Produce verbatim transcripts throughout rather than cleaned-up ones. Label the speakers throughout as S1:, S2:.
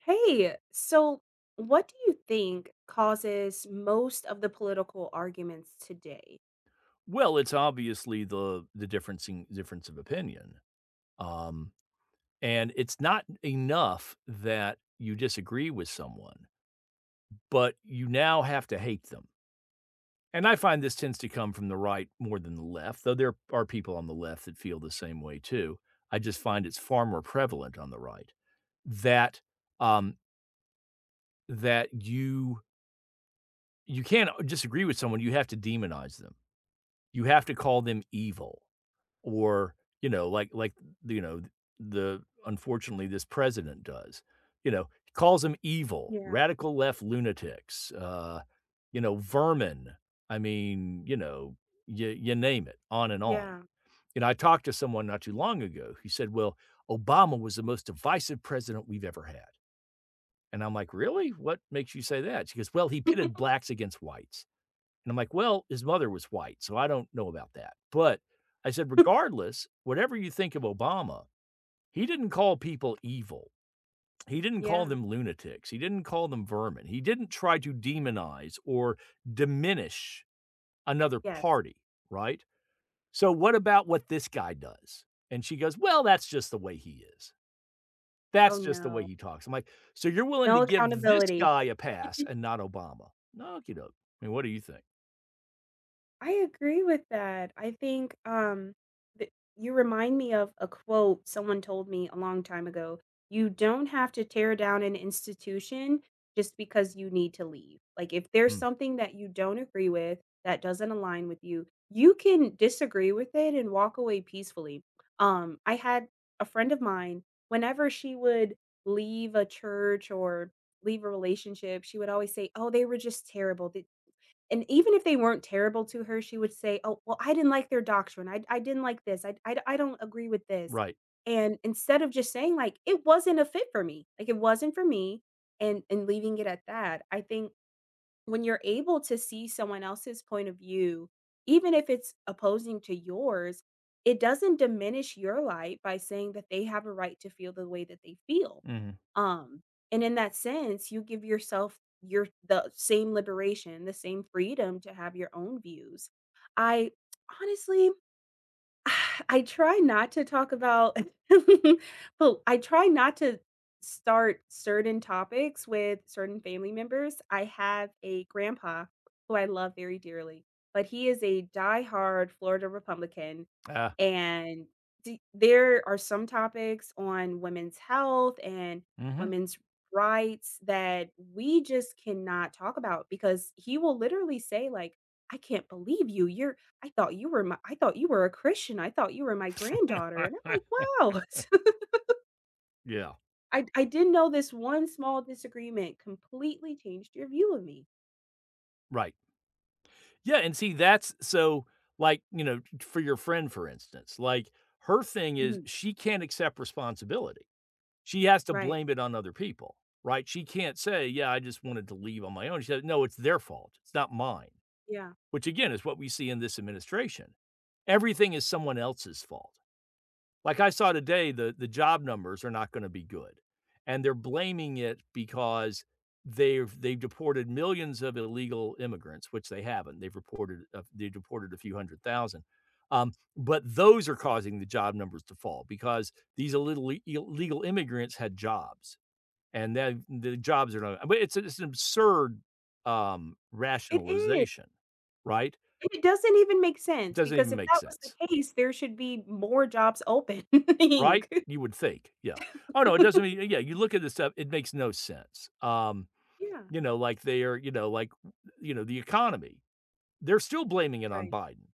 S1: Hey, so what do you think causes most of the political arguments today?
S2: Well, it's obviously the the differencing difference of opinion, um, and it's not enough that you disagree with someone, but you now have to hate them, and I find this tends to come from the right more than the left, though there are people on the left that feel the same way too. I just find it's far more prevalent on the right that, um, that you you can't disagree with someone, you have to demonize them. You have to call them evil or, you know, like like, you know, the unfortunately, this president does, you know, he calls them evil,
S1: Yeah,
S2: radical left lunatics, uh, you know, vermin. I mean, you know, you you name it, on and on.
S1: yeah.
S2: You know, I talked to someone not too long ago who said, "Well, Obama was the most divisive president we've ever had." And I'm like, "Really? What makes you say that?" She goes, "Well, he pitted blacks against whites." And I'm like, "Well, his mother was white, so I don't know about that." But I said, "Regardless, whatever you think of Obama, he didn't call people evil. He didn't call
S1: Yeah,
S2: them lunatics. He didn't call them vermin. He didn't try to demonize or diminish another
S1: yes.
S2: party, right? So what about what this guy does?" And she goes, "Well, that's just the way he is.
S1: Oh
S2: That's just the way
S1: no.
S2: he talks." I'm like, "So you're willing to
S1: No
S2: give this
S1: accountability.
S2: guy a pass and not Obama?" Okey doke. I mean, what do you think?
S1: I agree with that. I think um, th- you remind me of a quote someone told me a long time ago. You don't have to tear down an institution just because you need to leave. Like, if there's
S2: Mm,
S1: something that you don't agree with that doesn't align with you, you can disagree with it and walk away peacefully. Um, I had a friend of mine, whenever she would leave a church or leave a relationship, she would always say, Oh, they were just terrible. And even if they weren't terrible to her, she would say, "Oh, well, I didn't like their doctrine. I I didn't like this. I I I don't agree with this."
S2: right.
S1: And instead of just saying like, "It wasn't a fit for me. Like, it wasn't for me," and and leaving it at that, I think when you're able to see someone else's point of view, even if it's opposing to yours, it doesn't diminish your light by saying that they have a right to feel the way that they feel.
S2: Mhm.
S1: Um, and in that sense, you give yourself your the same liberation, the same freedom to have your own views. I honestly I try not to talk about well, I try not to start certain topics with certain family members. I have a grandpa who I love very dearly, but he is a diehard Florida Republican.
S2: Uh.
S1: And d- there are some topics on women's health and
S2: Mhm.
S1: women's rights that we just cannot talk about because he will literally say, like, I can't believe you. You're I thought you were my I thought you were a Christian. I thought you were my granddaughter." And I'm like, "Wow."
S2: Yeah,
S1: I I didn't know this one small disagreement completely changed your view of me.
S2: right. Yeah, and see, that's so, like, you know, for your friend, for instance, like, her thing is
S1: Mhm.
S2: she can't accept responsibility. She has to
S1: Right.
S2: blame it on other people, right? She can't say, "Yeah, I just wanted to leave on my own." She said, "No, it's their fault. It's not mine,"
S1: Yeah.
S2: which, again, is what we see in this administration. Everything is someone else's fault. Like I saw today, the the job numbers are not gonna be good, and they're blaming it because they've they've deported millions of illegal immigrants, which they haven't. They've reported uh, they deported a few hundred thousand. Um, but those are causing the job numbers to fall because these illegal illegal immigrants had jobs, and then the jobs are not. But it's it's an absurd um,
S1: It is.
S2: rationalization, right?
S1: And it doesn't even make
S2: It
S1: sense
S2: doesn't
S1: because
S2: even
S1: if
S2: make
S1: that was
S2: sense.
S1: the case, there should be more jobs open. I
S2: Right?
S1: think.
S2: You would think, yeah. Oh, no, it doesn't mean yeah, you look at this stuff, it makes no sense. Um,
S1: Yeah.
S2: you know, like they are, you know, like, you know, the economy. They're still blaming it on
S1: Right.
S2: Biden.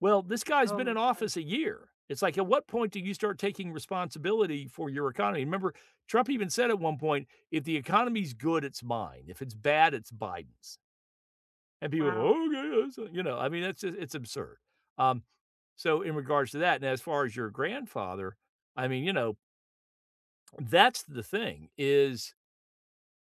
S2: Well, this guy's
S1: Oh
S2: been
S1: my
S2: in
S1: god.
S2: office a year. It's like, at what point do you start taking responsibility for your economy? Remember, Trump even said at one point, "If the economy's good, it's mine. If it's bad, it's Biden's." And people go,
S1: Wow.
S2: "Oh, yeah, that's a" you know, I mean, that's just it's absurd. Um, so in regards to that, and as far as your grandfather, I mean, you know, that's the thing is,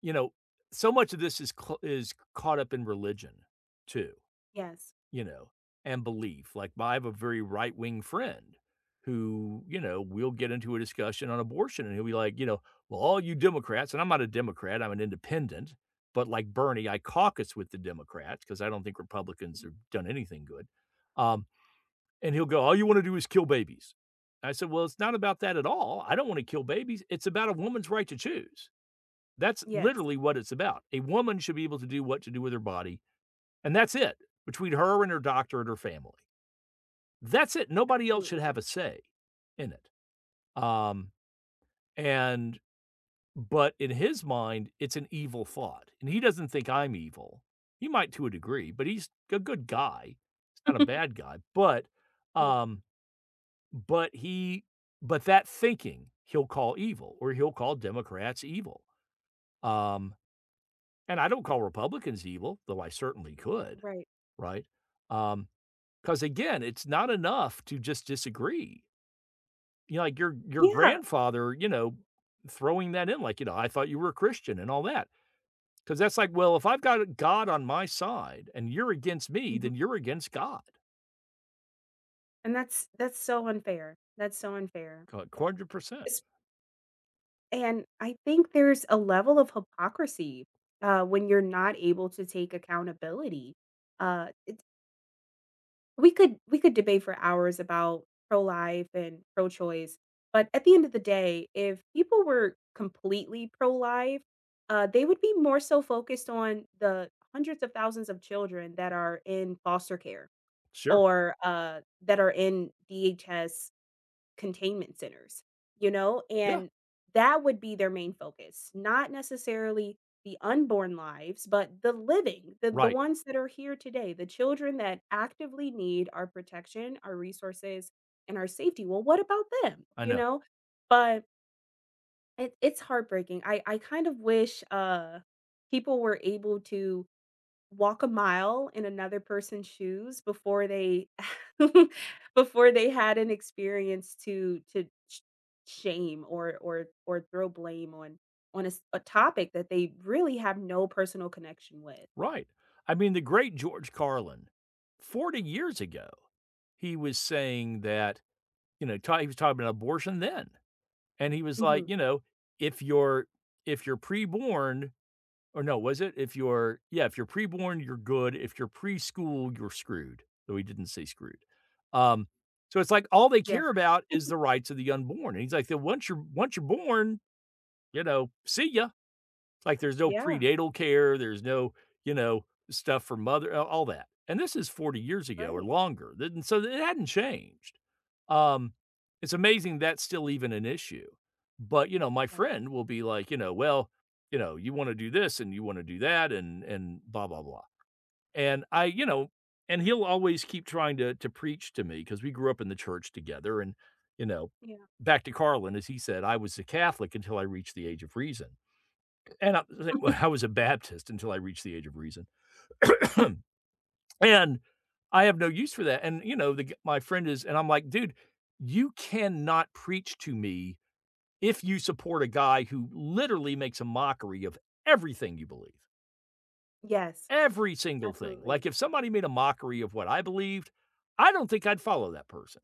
S2: you know, so much of this is cau is caught up in religion too,
S1: Yes.
S2: you know, and belief. Like, I have a very right-wing friend who, you know, we'll get into a discussion on abortion, and he'll be like, you know, "Well, all you Democrats" and I'm not a Democrat, I'm an independent, but like Bernie, I caucus with the Democrats because I don't think Republicans have done anything good. Um, and he'll go, "All you wanna do is kill babies." I said, "Well, it's not about that at all. I don't wanna kill babies. It's about a woman's right to choose." That's
S1: Yes.
S2: literally what it's about. A woman should be able to do what to do with her body, and that's it, between her and her doctor and her family. That's it. Nobody else should
S1: Absolutely.
S2: have a say in it. Um, and but in his mind, it's an evil thought, and he doesn't think I'm evil. He might to a degree, but he's a good guy. He's not a bad guy, but,
S1: Yeah.
S2: um, but he but that thinking he'll call evil, or he'll call Democrats evil. Um And I don't call Republicans evil, though I certainly could,
S1: Right.
S2: right? Um, because again, it's not enough to just disagree. You know, like your your
S1: Yeah.
S2: grandfather, you know, throwing that in like, you know, "I thought you were a Christian," and all that. Because that's like, well, if I've got God on my side and you're against me,
S1: Mhm.
S2: then you're against God.
S1: And that's that's so unfair. That's so unfair.
S2: one hundred percent.
S1: And I think there's a level of hypocrisy, uh, when you're not able to take accountability. Uh, it's we could we could debate for hours about pro-life and pro-choice, but at the end of the day, if people were completely pro-life, uh, they would be more so focused on the hundreds of thousands of children that are in foster care
S2: Sure.
S1: or, uh, that are in D H S containment centers, you know?
S2: Yeah.
S1: And that would be their main focus, not necessarily the unborn lives, but the living, the, the
S2: Right,
S1: ones that are here today, the children that actively need our protection, our resources, and our safety. Well, what about them?
S2: I
S1: You
S2: know.
S1: know? But it, it's heartbreaking. I, I kind of wish uh people were able to walk a mile in another person's shoes before they before they had an experience to to sh- shame or or or throw blame on on a, s- a topic that they really have no personal connection with.
S2: Right. I mean, the great George Carlin, forty years ago, he was saying that, you know, ta he was talking about abortion then, and he was
S1: Hmm.
S2: like, you know, "If you're if you're preborn" or no, was it? "If you're" yeah, "If you're preborn, you're good. If you're preschool, you're screwed." Though he didn't say screwed. Um, so it's like all they
S1: Yeah.
S2: care about is the rights of the unborn, and he's like, "Then once you're once you're born, you know, see ya." Like, there's no
S1: Yeah.
S2: prenatal care, there's no, you know, stuff for mother a all that, and this is forty years ago or
S1: Right.
S2: longer, th and so it hadn't changed. Um, it's amazing that's still even an issue, but, you know, my
S1: Yes.
S2: friend will be like, you know, "Well, you know, you wanna do this, and you wanna do that, and and blah, blah, blah," and I you know, and he'll always keep trying to to preach to me because we grew up in the church together and, you know,
S1: Yeah.
S2: back to Carlin, as he said, I was a Catholic until I reached the age of reason. And I think, well, I was a Baptist until I reached the age of reason. And I have no use for that, and, you know, the g my friend is and I'm like, "Dude, you cannot preach to me if you support a guy who literally makes a mockery of everything you believe,
S1: Yes.
S2: every single thing."
S1: Absolutely.
S2: Like, if somebody made a mockery of what I believed, I don't think I'd follow that person.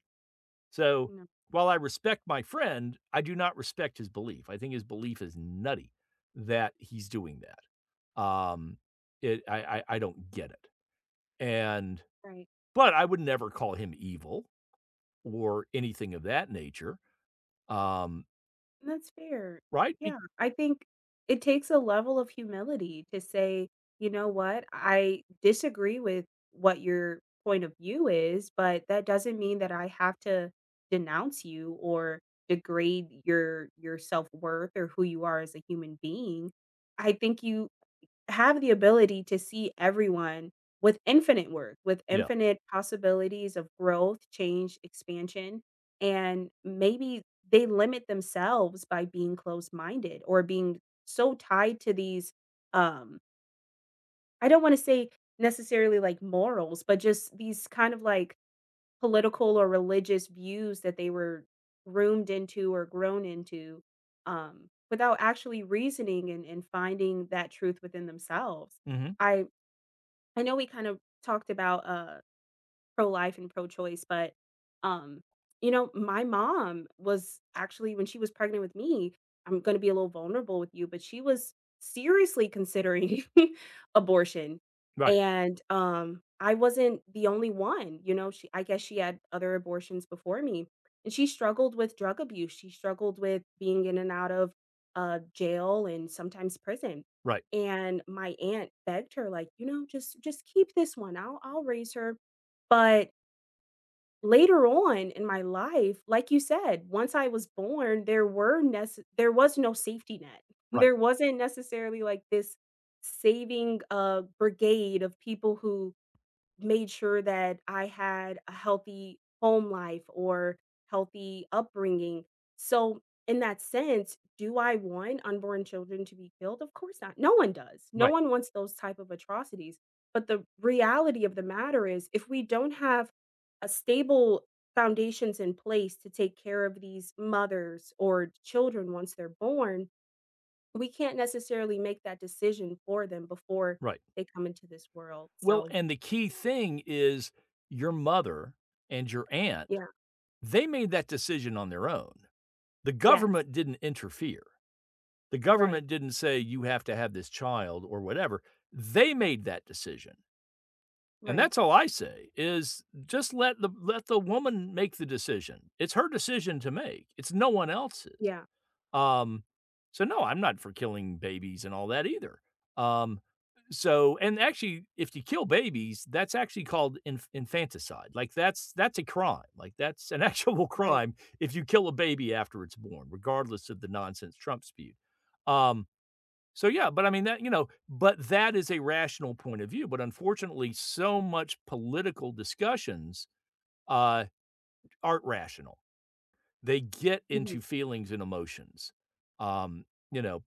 S2: So,
S1: No.
S2: while I respect my friend, I do not respect his belief. I think his belief is nutty that he's doing that. Um, it I I I don't get it. And
S1: Right.
S2: but I would never call him evil or anything of that nature. Um,
S1: And that's fair.
S2: right? Be
S1: Yeah, I think it takes a level of humility to say, "You know what? I disagree with what your point of view is, but that doesn't mean that I have to denounce you or degrade your your self-worth or who you are as a human being." I think you have the ability to see everyone with infinite work, with
S2: yeah.
S1: infinite possibilities of growth, change, expansion. And maybe they limit themselves by being closed minded or being so tied to these, um, I don't want to say necessarily like morals, but just these kind of like political or religious views that they were groomed into or grown into um, without actually reasoning and, and finding that truth within themselves.
S2: Mhm.
S1: I I know we kind of talked about uh, pro-life and pro-choice, but, um, you know, my mom was actually when she was pregnant with me I'm gonna be a little vulnerable with you, but she was seriously considering abortion,
S2: Right,
S1: and, um, I wasn't the only one, you know, she I guess she had other abortions before me, and she struggled with drug abuse, she struggled with being in and out of, uh, jail and sometimes prison,
S2: right,
S1: and my aunt begged her like, "You know, just just keep this one, I'll I'll raise her." But later on in my life, like you said, once I was born, there were nece there was no safety net.
S2: right,
S1: There wasn't necessarily like this saving, uh, brigade of people who made sure that I had a healthy home life or healthy upbringing. So, in that sense, do I want unborn children to be killed? Of course not. No one does. No
S2: right,
S1: one wants those type of atrocities. But the reality of the matter is if we don't have a stable foundations in place to take care of these mothers or children once they're born, we can't necessarily make that decision for them before
S2: right.
S1: they come into this world.
S2: Well,
S1: So,
S2: and the key thing is your mother and your aunt,
S1: yeah,
S2: they made that decision on their own. The
S1: yes.
S2: government didn't interfere. The
S1: Right,
S2: government didn't say you have to have this child or whatever. They made that decision. And
S1: right.
S2: that's all I say is just let the let the woman make the decision. It's her decision to make. It's no one else's.
S1: Yeah,
S2: Um, so no, I'm not for killing babies and all that either. Um, so and actually if you kill babies, that's actually called inf- infanticide. Like that's that's a crime. Like that's an actual
S1: right.
S2: crime if you kill a baby after it's born, regardless of the nonsense Trump spewed. Um, so, yeah, but I mean that, you know, but that is a rational point of view, but unfortunately, so much political discussions, uh, aren't rational. They get into
S1: Mhm.
S2: feelings and emotions. Um, you know,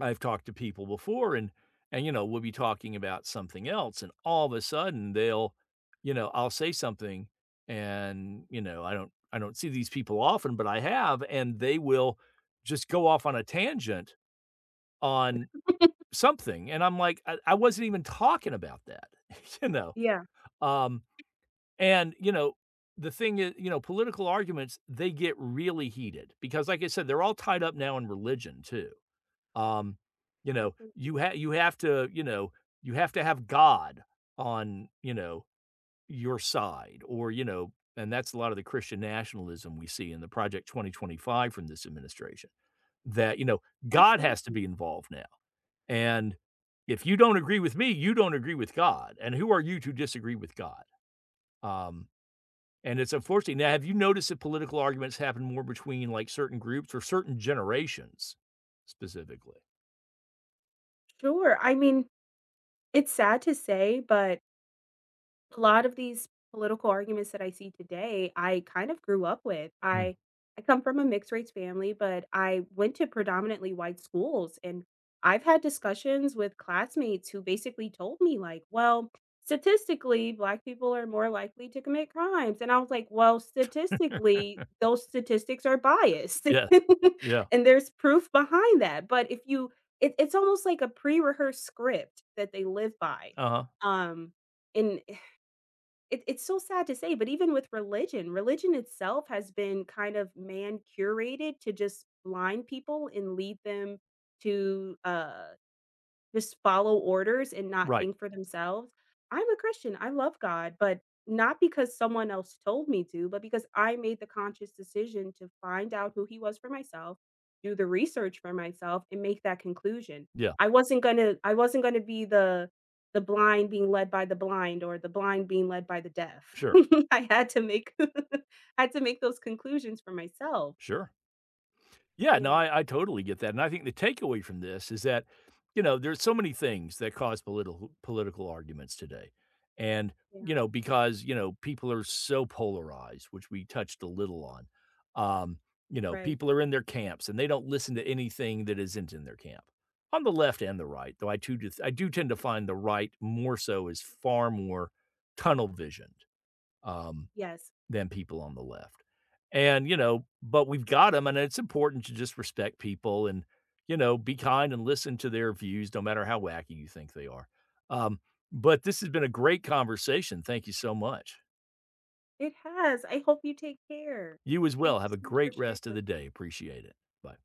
S2: I've talked to people before and and you know, we'll be talking about something else and all of a sudden they'll, you know, I'll say something and, you know, I don't I don't see these people often, but I have, and they will just go off on a tangent on something, and I'm like, I, I wasn't even talking about that, you know?
S1: Yeah,
S2: Um, and, you know, the thing is, you know, political arguments, they get really heated because, like I said, they're all tied up now in religion too. Um, you know, you
S1: absolutely,
S2: have you have to, you know, you have to have God on, you know, your side, or you know, and that's a lot of the Christian nationalism we see in the Project twenty twenty-five from this administration. That you know, God has to
S1: absolutely.
S2: be involved now. And if you don't agree with me, you don't agree with God. And who are you to disagree with God? Um, and it's unfortunate. Now, have you noticed that political arguments happen more between like certain groups or certain generations specifically?
S1: Sure, I mean, it's sad to say, but a lot of these political arguments that I see today, I kind of grew up with.
S2: Mm.
S1: I I come from a mixed race family, but I went to predominantly white schools and I've had discussions with classmates who basically told me like, "Well, statistically, black people are more likely to commit crimes." And I was like, "Well, statistically, those statistics are biased."
S2: Yeah. Yeah.
S1: And there's proof behind that. But if you it, it's almost like a pre-rehearsed script that they live by.
S2: Uh huh.
S1: Um it it's so sad to say, but even with religion, religion itself has been kind of man curated to just blind people and lead them to, uh just follow orders and not
S2: Right.
S1: think for themselves. I'm a Christian. I love God, but not because someone else told me to, but because I made the conscious decision to find out who he was for myself, do the research for myself and make that conclusion.
S2: Yeah.
S1: I wasn't going to I wasn't going to be the the blind being led by the blind or the blind being led by the deaf.
S2: Sure.
S1: I had to make I had to make those conclusions for myself.
S2: Sure. Yeah, no,
S1: Yeah,
S2: I I totally get that, and I think the takeaway from this is that, you know, there's so many things that cause political political arguments today, and, you
S1: yeah,
S2: know, because, you know, people are so polarized, which we touched a little on. Um, you know,
S1: right.
S2: people are in their camps, and they don't listen to anything that isn't in their camp, on the left and the right, though I too do I do tend to find the right more so is far more tunnel visioned, um
S1: Yes.
S2: than people on the left. And, you know, but we've got got them, and it's important to just respect people and, you know, be kind and listen to their views no matter how wacky you think they are. Um, but this has been a great conversation. Thank you so much.
S1: It has. I hope you take care.
S2: You as
S1: Thank
S2: well.
S1: you
S2: Have a
S1: so much for
S2: great
S1: sharing
S2: rest of
S1: with
S2: the
S1: me.
S2: day. Appreciate it. Bye.